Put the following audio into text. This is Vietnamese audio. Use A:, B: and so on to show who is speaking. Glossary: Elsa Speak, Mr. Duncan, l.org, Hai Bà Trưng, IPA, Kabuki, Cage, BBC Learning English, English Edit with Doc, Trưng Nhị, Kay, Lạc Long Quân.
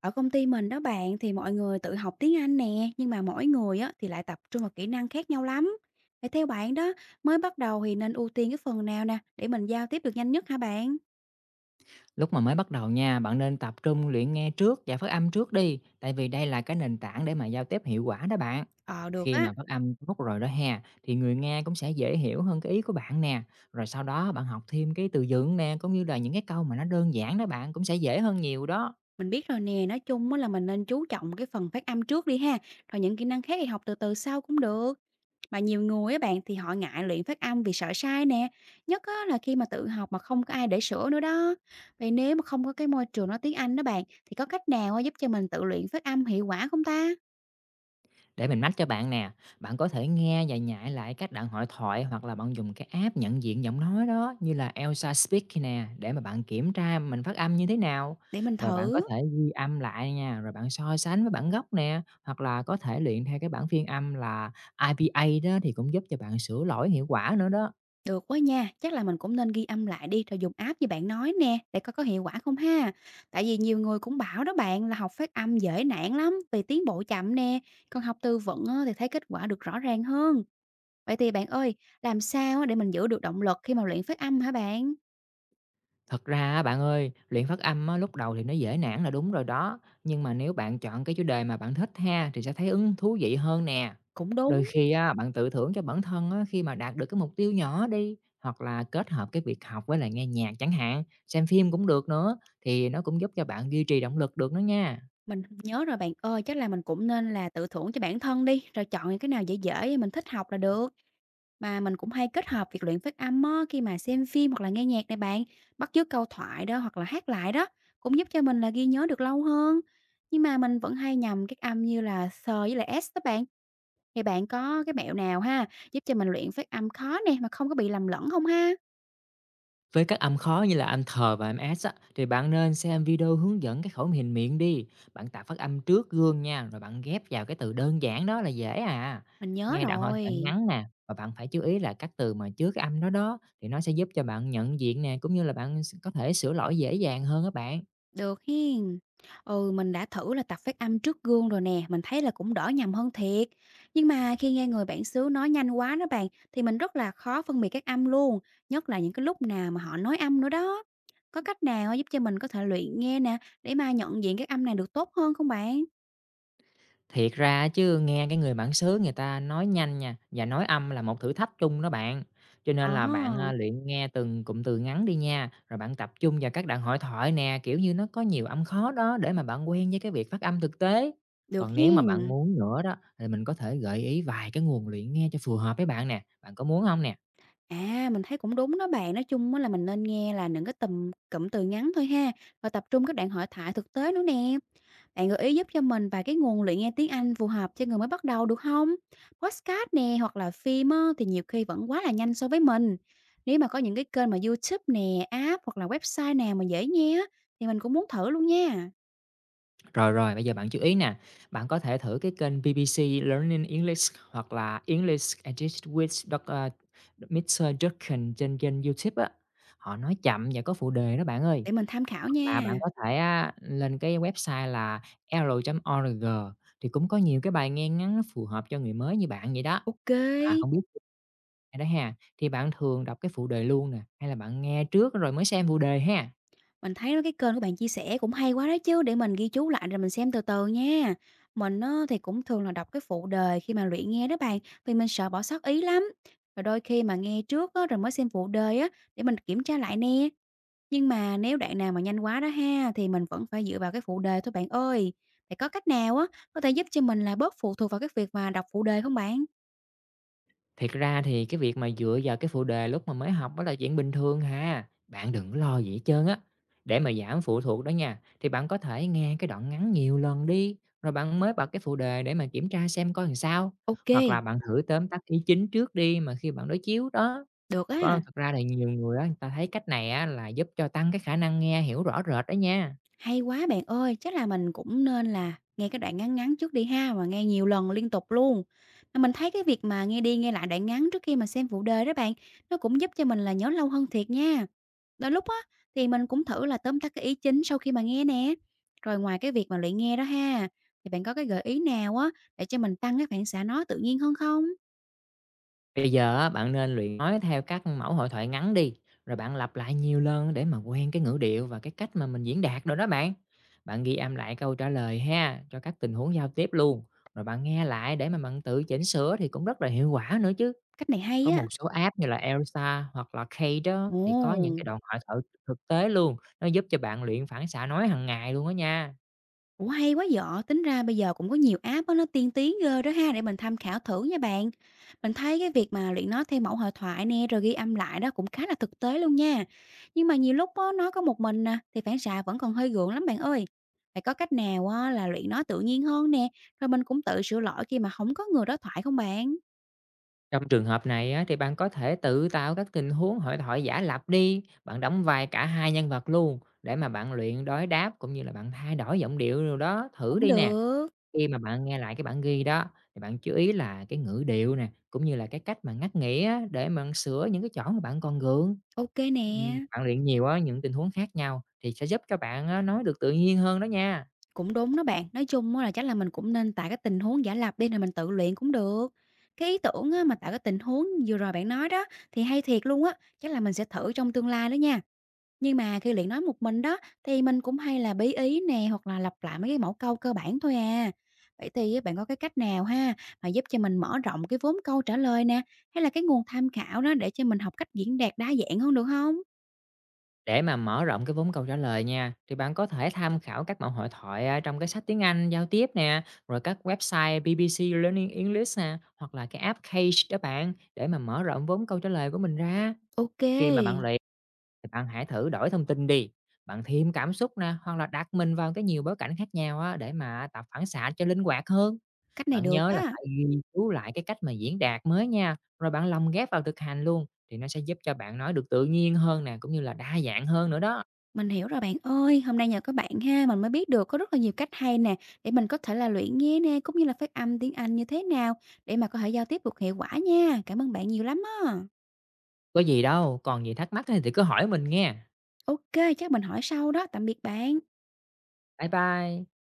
A: Ở công ty mình đó bạn thì mọi người tự học tiếng Anh nè, nhưng mà mỗi người á thì lại tập trung vào kỹ năng khác nhau lắm. Vậy theo bạn đó, mới bắt đầu thì nên ưu tiên cái phần nào nè để mình giao tiếp được nhanh nhất hả bạn?
B: Lúc mà mới bắt đầu nha, bạn nên tập trung luyện nghe trước và phát âm trước đi, tại vì đây là cái nền tảng để mà giao tiếp hiệu quả đó bạn.
A: Ờ được
B: Khi
A: á,
B: mà phát âm tốt rồi đó ha, thì người nghe cũng sẽ dễ hiểu hơn cái ý của bạn nè. Rồi sau đó bạn học thêm cái từ vựng nè, cũng như là những cái câu mà nó đơn giản đó bạn cũng sẽ dễ hơn nhiều đó.
A: mình biết rồi nè, nói chung á là mình nên chú trọng cái phần phát âm trước đi ha, rồi những kỹ năng khác thì học từ từ sau cũng được. Mà nhiều người á bạn thì họ ngại luyện phát âm vì sợ sai nè, nhất á là khi mà tự học mà không có ai để sửa nữa đó. Vậy nếu mà không có cái môi trường nói tiếng Anh đó bạn, thì có cách nào á giúp cho mình tự luyện phát âm hiệu quả không ta?
B: Để mình mách cho bạn nè, bạn có thể nghe và nhại lại cách bạn hội thoại, hoặc là bạn dùng cái app nhận diện giọng nói đó như là Elsa Speak nè, để mà bạn kiểm tra mình phát âm như thế nào.
A: Để mình
B: Rồi bạn có
A: thử.
B: thể ghi âm lại nha, rồi bạn so sánh với bản gốc nè, hoặc là có thể luyện theo cái bản phiên âm là IPA, đó thì cũng giúp cho bạn sửa lỗi hiệu quả nữa đó.
A: Được quá nha, chắc là mình cũng nên ghi âm lại đi rồi dùng app như bạn nói nè để coi có hiệu quả không ha. Tại vì nhiều người cũng bảo đó bạn là học phát âm dễ nản lắm vì tiến bộ chậm nè, còn học tư vựng á thì thấy kết quả được rõ ràng hơn. Vậy thì bạn ơi, làm sao á để mình giữ được động lực khi mà luyện phát âm hả bạn?
B: Thật ra á bạn ơi, luyện phát âm á, lúc đầu thì nó dễ nản là đúng rồi đó, nhưng mà nếu bạn chọn cái chủ đề mà bạn thích ha, thì sẽ thấy ứng thú vị hơn nè.
A: Cũng
B: Đôi
A: đúng,
B: khi á, bạn tự thưởng cho bản thân á, khi mà đạt được cái mục tiêu nhỏ đi, hoặc là kết hợp cái việc học với lại nghe nhạc chẳng hạn, xem phim cũng được nữa, thì nó cũng giúp cho bạn duy trì động lực được nữa nha.
A: mình nhớ rồi bạn ơi, chắc là mình cũng nên là tự thưởng cho bản thân đi, rồi chọn những cái nào dễ dễ mình thích học là được. Mà mình cũng hay kết hợp việc luyện phát âm á, khi mà xem phim hoặc là nghe nhạc này bạn, bắt chước câu thoại đó hoặc là hát lại đó, cũng giúp cho mình là ghi nhớ được lâu hơn. Nhưng mà mình vẫn hay nhầm các âm như là S với lại S đó bạn. Thì bạn có cái mẹo nào ha, giúp cho mình luyện phát âm khó nè mà không có bị lầm lẫn không ha?
B: Với các âm khó như là âm thờ và âm S á, thì bạn nên xem video hướng dẫn cái khẩu hình miệng đi. Bạn tập phát âm trước gương nha, rồi bạn ghép vào cái từ đơn giản đó là dễ à.
A: Mình nhớ
B: Nghe đoạn hội thoại
A: rồi.
B: ngắn nè, và bạn phải chú ý là các từ mà trước cái âm đó đó, thì nó sẽ giúp cho bạn nhận diện nè, cũng như là bạn có thể sửa lỗi dễ dàng hơn các bạn.
A: Được hen. Ừ, mình đã thử là tập phát âm trước gương rồi nè, mình thấy là cũng đỡ nhầm hơn thiệt. Nhưng mà khi nghe người bản xứ nói nhanh quá đó bạn, thì mình rất là khó phân biệt các âm luôn, nhất là những cái lúc nào mà họ nói âm nữa đó. Có cách nào giúp cho mình có thể luyện nghe nè, để mà nhận diện các âm này được tốt hơn không bạn?
B: Thiệt ra chứ nghe cái người bản xứ người ta nói nhanh nha, và nói âm là một thử thách chung đó bạn. Cho
A: Ờ,
B: nên là bạn, luyện nghe từng cụm từ ngắn đi nha, rồi bạn tập trung vào các đoạn hội thoại nè, kiểu như, nó có nhiều âm khó đó, để mà bạn quen với cái việc phát âm thực tế.
A: được
B: Còn nếu mà bạn
A: hen.
B: muốn nữa đó, thì mình có thể gợi ý vài cái nguồn luyện nghe cho phù hợp với bạn nè, bạn có muốn không nè?
A: À, mình thấy cũng đúng đó bạn. Nói chung á là mình nên nghe là những cái tùm cụm từ ngắn thôi ha, và tập trung các đoạn hội thoại thực tế nữa nè. Bạn gợi ý giúp cho mình vài cái nguồn luyện nghe tiếng Anh phù hợp cho người mới bắt đầu được không? Podcast nè hoặc là phim á, thì nhiều khi vẫn quá là nhanh so với mình. Nếu mà có những cái kênh mà YouTube nè, app hoặc là website nào mà dễ nghe thì mình cũng muốn thử luôn nha.
B: Rồi, rồi, bây giờ bạn chú ý nè, bạn có thể thử cái kênh BBC Learning English, hoặc là English Edit with Doc, Mr. Duncan trên kênh YouTube á. Họ nói chậm và có phụ đề đó bạn ơi.
A: Để mình tham khảo
B: Hoặc là bạn
A: nha.
B: có thể á, lên cái website là l.org, thì cũng có nhiều cái bài nghe ngắn, nó phù hợp cho người mới như bạn vậy đó.
A: Ok.
B: À, không biết hay đó ha, thì bạn thường đọc cái phụ đề luôn nè, hay là bạn nghe trước rồi mới xem phụ đề ha?
A: Mình thấy cái kênh của bạn chia sẻ cũng hay quá đó chứ, để mình ghi chú lại rồi mình xem từ từ nha. Mình á thì cũng thường là đọc cái phụ đề khi mà luyện nghe đó bạn, vì mình sợ bỏ sót ý lắm. Rồi đôi khi mà nghe trước á, rồi mới xem phụ đề á, để mình kiểm tra lại nè. Nhưng mà nếu đoạn nào mà nhanh quá đó ha, thì mình vẫn phải dựa vào cái phụ đề thôi bạn ơi. Phải có cách nào á, có thể giúp cho mình là bớt phụ thuộc vào cái việc mà đọc phụ đề không bạn?
B: Thiệt ra thì cái việc mà dựa vào cái phụ đề lúc mà mới học đó là chuyện bình thường ha. Bạn đừng có lo gì hết trơn á. Để mà giảm phụ thuộc đó nha, thì bạn có thể nghe cái đoạn ngắn nhiều lần đi, rồi bạn mới bật cái phụ đề để mà kiểm tra xem coi làm sao.
A: Ok,
B: Hoặc là bạn thử tóm tắt ý chính trước đi, mà khi bạn đối chiếu đó.
A: được á.
B: Có, thật ra là nhiều người á, người ta thấy cách này á, là giúp cho tăng cái khả năng nghe hiểu rõ rệt đó nha.
A: Hay quá bạn ơi, chắc là mình cũng nên là nghe cái đoạn ngắn ngắn trước đi ha, và nghe nhiều lần liên tục luôn. Mà mình thấy cái việc mà nghe đi nghe lại đoạn ngắn trước khi mà xem phụ đề đó bạn, nó cũng giúp cho mình là nhớ lâu hơn thiệt nha. Đôi lúc á, thì mình cũng thử là tóm tắt cái ý chính sau khi mà nghe nè. Rồi ngoài cái việc mà luyện nghe đó ha, thì bạn có cái gợi ý nào á, để cho mình tăng cái phản xạ nói tự nhiên hơn không?
B: Bây giờ á, bạn nên luyện nói theo các mẫu hội thoại ngắn đi, rồi bạn lặp lại nhiều lần để mà quen cái ngữ điệu và cái cách mà mình diễn đạt rồi đó bạn. Bạn ghi âm lại câu trả lời ha, cho các tình huống giao tiếp luôn, rồi bạn nghe lại để mà bạn tự chỉnh sửa, thì cũng rất là hiệu quả nữa chứ.
A: Cách này hay
B: Có
A: á.
B: một số app như là Elsa hoặc là Kay đó, thì có những cái
A: Ồ.
B: đoạn hội thoại thực tế luôn, nó giúp cho bạn luyện phản xạ nói hàng ngày luôn đó nha.
A: Ủa hay quá vậy, tính ra bây giờ cũng có nhiều app á, nó tiên tiến ghê đó ha, để mình tham khảo thử nha bạn. Mình thấy cái việc mà luyện nói theo mẫu hội thoại nè, rồi ghi âm lại đó cũng khá là thực tế luôn nha. Nhưng mà nhiều lúc á, nói có một mình nè, thì phản xạ vẫn còn hơi gượng lắm bạn ơi. Phải có cách nào á, là luyện nói tự nhiên hơn nè, rồi mình cũng tự sửa lỗi khi mà không có người đối thoại không bạn?
B: Trong trường hợp này á, thì bạn có thể tự tạo các tình huống hội thoại giả lập đi, bạn đóng vai cả hai nhân vật luôn để mà bạn luyện đối đáp, cũng như là bạn thay đổi giọng điệu rồi đó, thử
A: Cũng
B: đi nè.
A: được,
B: Khi mà bạn nghe lại cái bản ghi đó, thì bạn chú ý là cái ngữ điệu nè, cũng như là cái cách mà ngắt nghĩa, để mà sửa những cái chỗ mà bạn còn gượng.
A: ok nè.
B: Bạn luyện nhiều á những tình huống khác nhau, thì sẽ giúp cho bạn á, nói được tự nhiên hơn đó nha.
A: Cũng đúng đó bạn, nói chung á là chắc là mình cũng nên tạo cái tình huống giả lập đi rồi mình tự luyện cũng được. Cái ý tưởng á, mà tạo cái tình huống vừa rồi bạn nói đó thì hay thiệt luôn á, chắc là mình sẽ thử trong tương lai đó nha. Nhưng mà khi luyện nói một mình đó thì mình cũng hay là bí ý nè hoặc là lặp lại mấy cái mẫu câu cơ bản thôi à. Vậy thì á, bạn có cái cách nào ha mà giúp cho mình mở rộng cái vốn câu trả lời nè hay là cái nguồn tham khảo đó để cho mình học cách diễn đạt đa dạng hơn được không?
B: Để mà mở rộng cái vốn câu trả lời nha, thì bạn có thể tham khảo các mẫu hội thoại à, trong cái sách tiếng Anh giao tiếp nè, rồi các website BBC Learning English nè, hoặc là cái app Cage đó bạn, để mà mở rộng vốn câu trả lời của mình ra.
A: Ok,
B: Khi mà bạn luyện, thì bạn hãy thử đổi thông tin đi. Bạn thêm cảm xúc nè, hoặc là đặt mình vào cái nhiều bối cảnh khác nhau á, để mà tập phản xạ cho linh hoạt hơn.
A: cách này
B: Bạn
A: được
B: nhớ là
A: á.
B: phải ghi chú lại cái cách mà diễn đạt mới nha, rồi bạn lồng ghép vào thực hành luôn, thì nó sẽ giúp cho bạn nói được tự nhiên hơn nè, cũng như là đa dạng hơn nữa đó.
A: Mình hiểu rồi bạn ơi, hôm nay nhờ các bạn ha, mình mới biết được có rất là nhiều cách hay nè, để mình có thể là luyện nghe nè, cũng như là phát âm tiếng Anh như thế nào, để mà có thể giao tiếp được hiệu quả nha. Cảm ơn bạn nhiều lắm á.
B: Có gì đâu, còn gì thắc mắc á thì cứ hỏi mình nghe.
A: OK, chắc mình hỏi sau đó, tạm biệt bạn.
B: Bye bye.